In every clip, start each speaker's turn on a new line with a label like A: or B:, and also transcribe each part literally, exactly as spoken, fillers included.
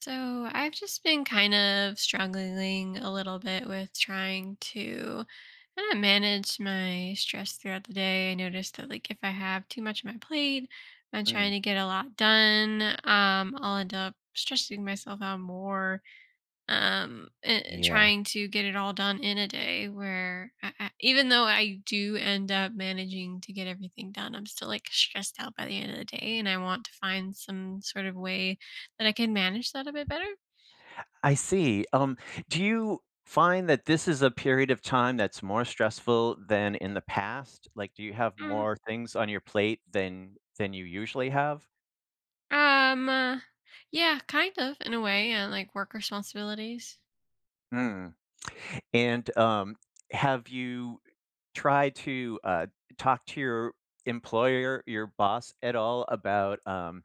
A: So I've just been kind of struggling a little bit with trying to kind of manage my stress throughout the day. I noticed that like if I have too much on my plate, I'm
B: Mm,
A: trying to get a lot done. Um, I'll end up stressing myself out more um uh,
B: yeah,
A: trying to get it all done in a day where I, I, even though I do end up managing to get everything done I'm still like stressed out by the end of the day and I want to find some sort of way that I can manage that a bit better.
B: I see. Um, do you find that this is a period of time that's more stressful than in the past? Like, do you have
A: Mm,
B: more things on your plate than than you usually have?
A: um uh, yeah, kind of in a way, and like work responsibilities.
B: Mm. And um, have you tried to uh, talk to your employer, your boss, at all about um,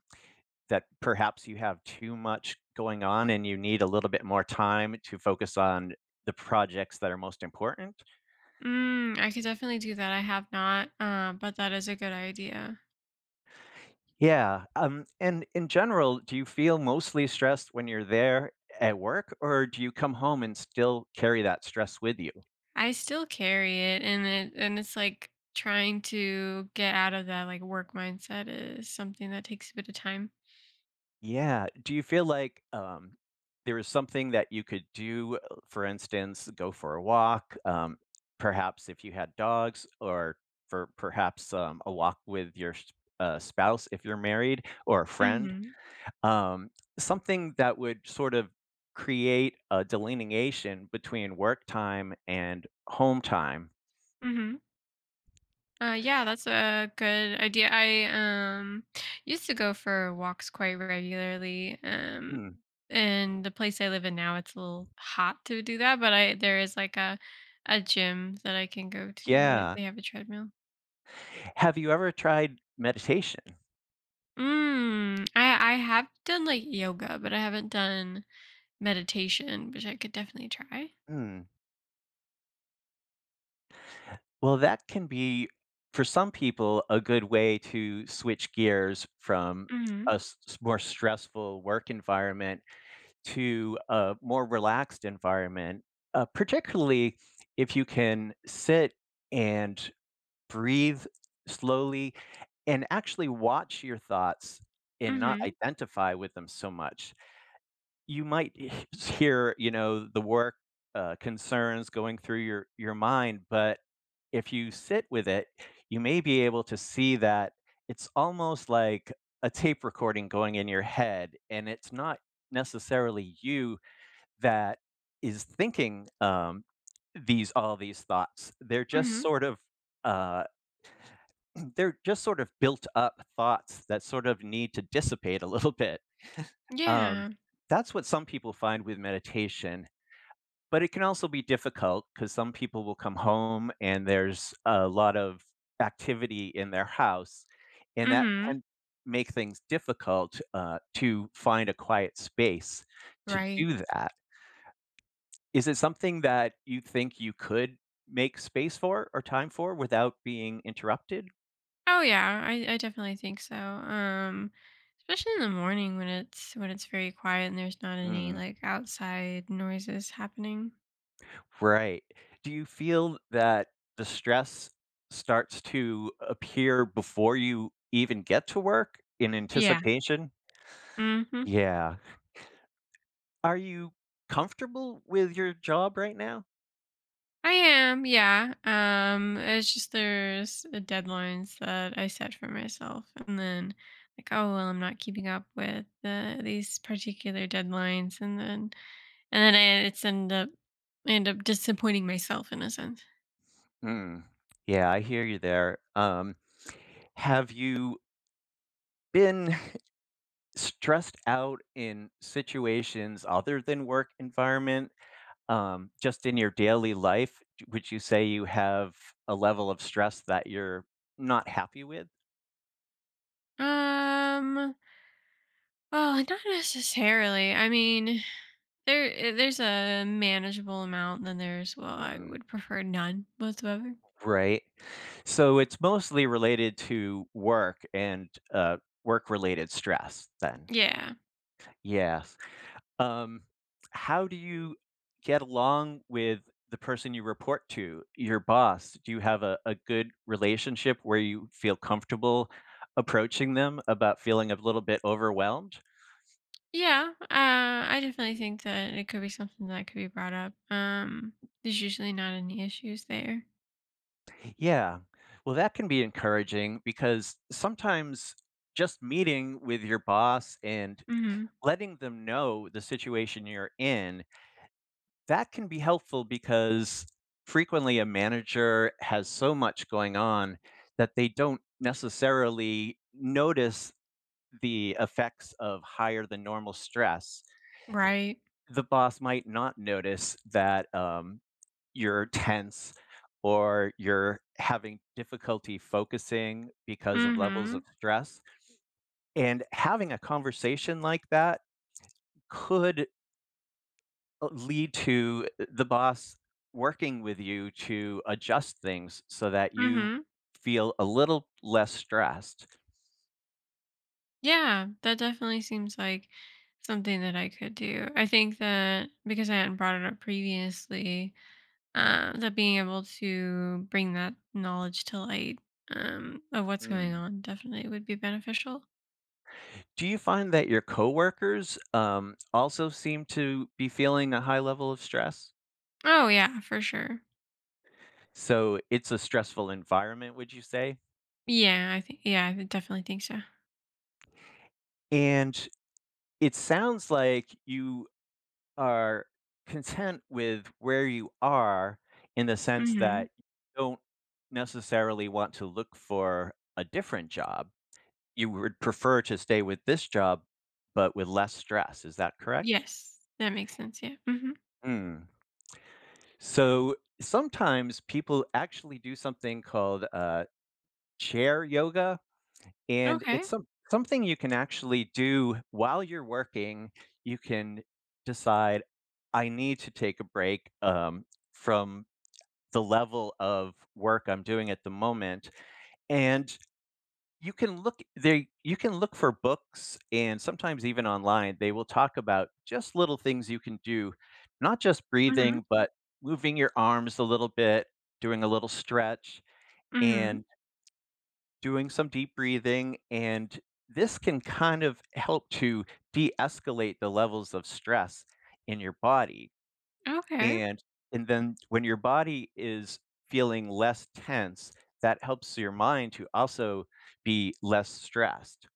B: that? Perhaps you have too much going on, and you need a little bit more time to focus on the projects that are most important.
A: Mm, I could definitely do that. I have not uh, but that is a good idea.
B: Yeah, um, and in general, do you feel mostly stressed when you're there at work, or do you come home and still carry that stress with you?
A: I still carry it, and it and it's like trying to get out of that like work mindset is something that takes a bit of time.
B: Yeah, do you feel like um, there is something that you could do, uh, for instance, go for a walk, um, perhaps if you had dogs, or for perhaps um, a walk with your s- uh, spouse if you're married, or a friend?
A: Mhm.
B: Um, Something that would sort of create a delineation between work time and home time.
A: Mhm. Uh yeah, that's a good idea. I um used to go for walks quite regularly. Um
B: Mm,
A: and the place I live in now, it's a little hot to do that, but I there is like a a gym that I can go to that like,
B: yeah.
A: they have a treadmill.
B: Have you ever tried meditation?
A: Mm, I I have done like yoga, but I haven't done meditation, which I could definitely try.
B: Mm. Well, that can be, for some people, a good way to switch gears from a
A: Mhm.
B: s- s- more stressful work environment to a more relaxed environment, uh, particularly if you can sit and breathe slowly. And actually watch your thoughts and not
A: Mhm.
B: identify with them so much. You might hear, you know, the work, uh, concerns going through your your mind, but if you sit with it, you may be able to see that it's almost like a tape recording going in your head, and it's not necessarily you that is thinking, um, these all these thoughts. They're just
A: Mhm.
B: sort of, uh, they're just sort of built up thoughts that sort of need to dissipate a little bit. Um,
A: Yeah.
B: that's what some people find with meditation, but it can also be difficult because some people will come home and there's a lot of activity in their house, and that
A: Mhm.
B: can make things difficult uh, to find a quiet space to
A: Right.
B: do that. Is it something that you think you could make space for or time for without being interrupted?
A: Oh, yeah. I I definitely think so. Um, especially in the morning when it's when it's very quiet and there's not any,
B: Hmm.
A: like, outside noises happening.
B: Right. Do you feel that the stress starts to appear before you even get to work in
A: Yeah.
B: anticipation?
A: Mhm.
B: Yeah. Are you comfortable with your job right now?
A: I am, yeah. Um, it's just there's, uh, deadlines that I set for myself, and then, like, "Oh, well, I'm not keeping up with the these particular deadlines," and then And then I it's end up I end up disappointing myself in a sense.
B: Mm. Yeah, I hear you there. Um, have you been stressed out in situations other than work environment? Um, just in your daily life, would you say you have a level of stress that you're not happy with?
A: Um, well, not necessarily. I mean, there uh, there's a manageable amount, then there's well, I
B: Mm,
A: would prefer none whatsoever.
B: right. So it's mostly related to work and uh, work-related stress then.
A: Yeah.
B: Yes. Um, how do you get along with the person you report to, your boss? Do you have a, a good relationship where you feel comfortable approaching them about feeling a little bit overwhelmed?
A: Yeah. Uh, I definitely think that it could be something that could be brought up. Um, there's usually not any issues there.
B: Yeah. Well, that can be encouraging because sometimes just meeting with your boss and
A: Mhm.
B: letting them know the situation you're in, that can be helpful because frequently a manager has so much going on that they don't necessarily notice the effects of higher than normal stress.
A: Right.
B: The boss might not notice that um, you're tense or you're having difficulty focusing because of levels
A: Mhm.
B: of stress. And having a conversation like that could uh, lead to uh, the boss working with you to adjust things so that you
A: Mhm.
B: feel a little less stressed.
A: Yeah, that definitely seems like something that I could do. I think that because I hadn't brought it up previously, uh, that being able to bring that knowledge to light, um, of what's going
B: Mm.
A: on definitely would be beneficial.
B: Do you find that your coworkers, um, also seem to be feeling a high level of stress?
A: Oh yeah, for sure.
B: So it's a stressful environment, would you say?
A: Yeah, I think. Yeah, I definitely think so.
B: And it sounds like you are content with where you are in the sense
A: Mm-hmm.
B: that you don't necessarily want to look for a different job. You would prefer to stay with this job, but with less stress. Is that correct?
A: Yes, that makes sense. Yeah. Mm-hmm.
B: Mm. So sometimes people actually do something called uh, chair yoga, and
A: Okay.
B: it's some, something you can actually do while you're working. You can decide, I need to take a break um, from the level of work I'm doing at the moment. And you can look there you can look for books and sometimes even online, they will talk about just little things you can do, not just
A: Mm-hmm.
B: breathing, but moving your arms a little bit, doing a little stretch
A: Mm-hmm.
B: and doing some deep breathing. And this can kind of help to de-escalate the levels of stress in your body.
A: Okay.
B: And and then when your body is feeling less tense, that helps your mind to also be less stressed.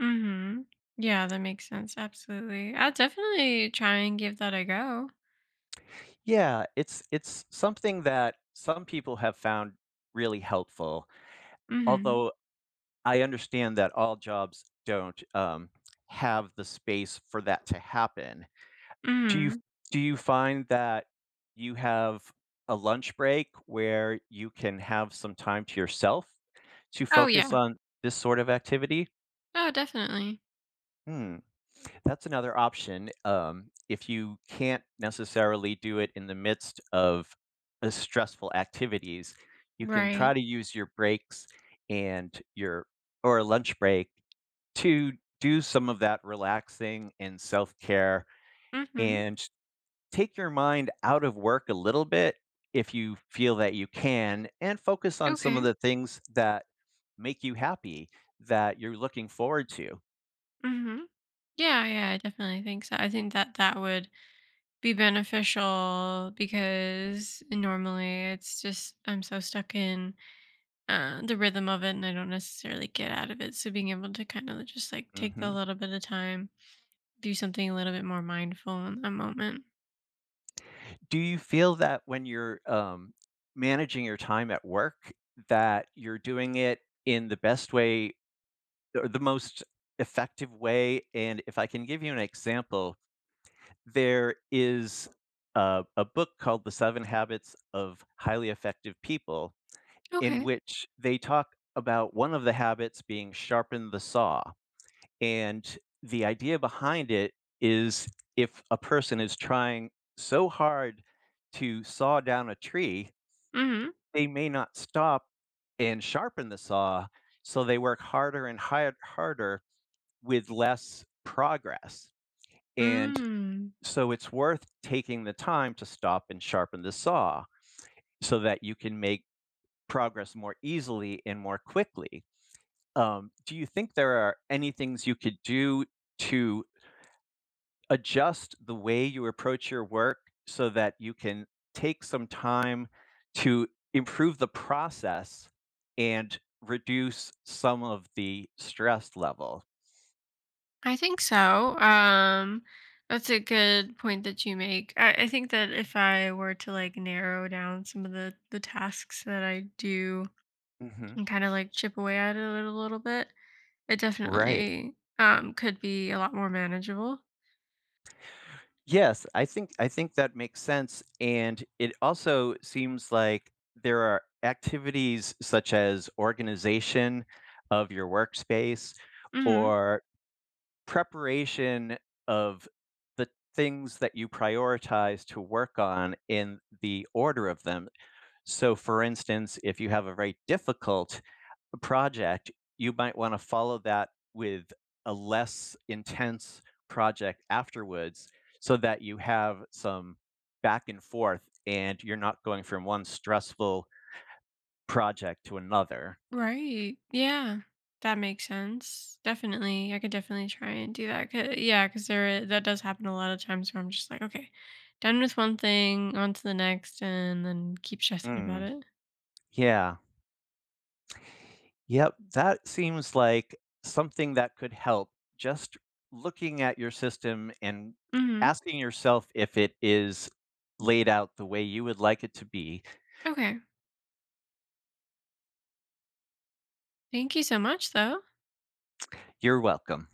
A: Mm-hmm. Yeah, that makes sense. Absolutely. I'll definitely try and give that a go.
B: Yeah, it's it's something that some people have found really helpful,
A: Mm-hmm.
B: although I understand that all jobs don't um, have the space for that to happen. Do you
A: Mhm.
B: do you find that you have a lunch break where you can have some time to yourself to
A: Oh, yeah.
B: focus on this sort of activity?
A: Oh, definitely.
B: Hmm. That's another option. Um, if you can't necessarily do it in the midst of uh, stressful activities, you can try
A: Right.
B: to use your breaks and your or a lunch break to do some of that relaxing and self care
A: Mhm.
B: and take your mind out of work a little bit if you feel that you can and focus on some of
A: Okay.
B: the things that make you happy that you're looking forward to.
A: Mhm. Yeah, yeah, I definitely think so. I think that that would be beneficial because normally it's just I'm so stuck in, uh, the rhythm of it and I don't necessarily get out of it. So being able to kind of just like take the
B: Hmm.
A: little bit of time, do something a little bit more mindful in that moment.
B: Do you feel that when you're, um, managing your time at work, that you're doing it in the best way or the most effective way? And if I can give you an example, there is a a book called The seven Habits of Highly Effective People, in
A: Okay.
B: which they talk about one of the habits being sharpen the saw. And the idea behind it is if a person is trying so hard to saw down a tree,
A: Mhm.
B: they may not stop and sharpen the saw. So they work harder and hard, harder with less progress. And
A: Mm.
B: so it's worth taking the time to stop and sharpen the saw so that you can make progress more easily and more quickly. Um, do you think there are any things you could do to adjust the way you approach your work so that you can take some time to improve the process and reduce some of the stress level?
A: I think so. Um, that's a good point that you make. I, I think that if I were to like narrow down some of the the tasks that I do
B: Mhm.
A: and kind of like chip away at it a little bit, it
B: Right.
A: definitely um could be a lot more manageable.
B: Yes, I think I think that makes sense, and it also seems like there are activities such as organization of your workspace
A: Hmm.
B: or preparation of the things that you prioritize to work on in the order of them. So, for instance, if you have a very difficult project, you might want to follow that with a less intense project afterwards so that you have some back and forth and you're not going from one stressful project to another.
A: Right. Yeah. That makes sense. Definitely. I could definitely try and do that. 'Cause- yeah, because there that does happen a lot of times where I'm just like, okay, done with one thing, on to the next, and then keep stressing about
B: Mm,
A: it.
B: yeah. Yep, that seems like something that could help. Just looking at your system and
A: Hmm.
B: asking yourself if it is laid out the way you would like it to be.
A: Okay. Thank you so much, though.
B: You're welcome.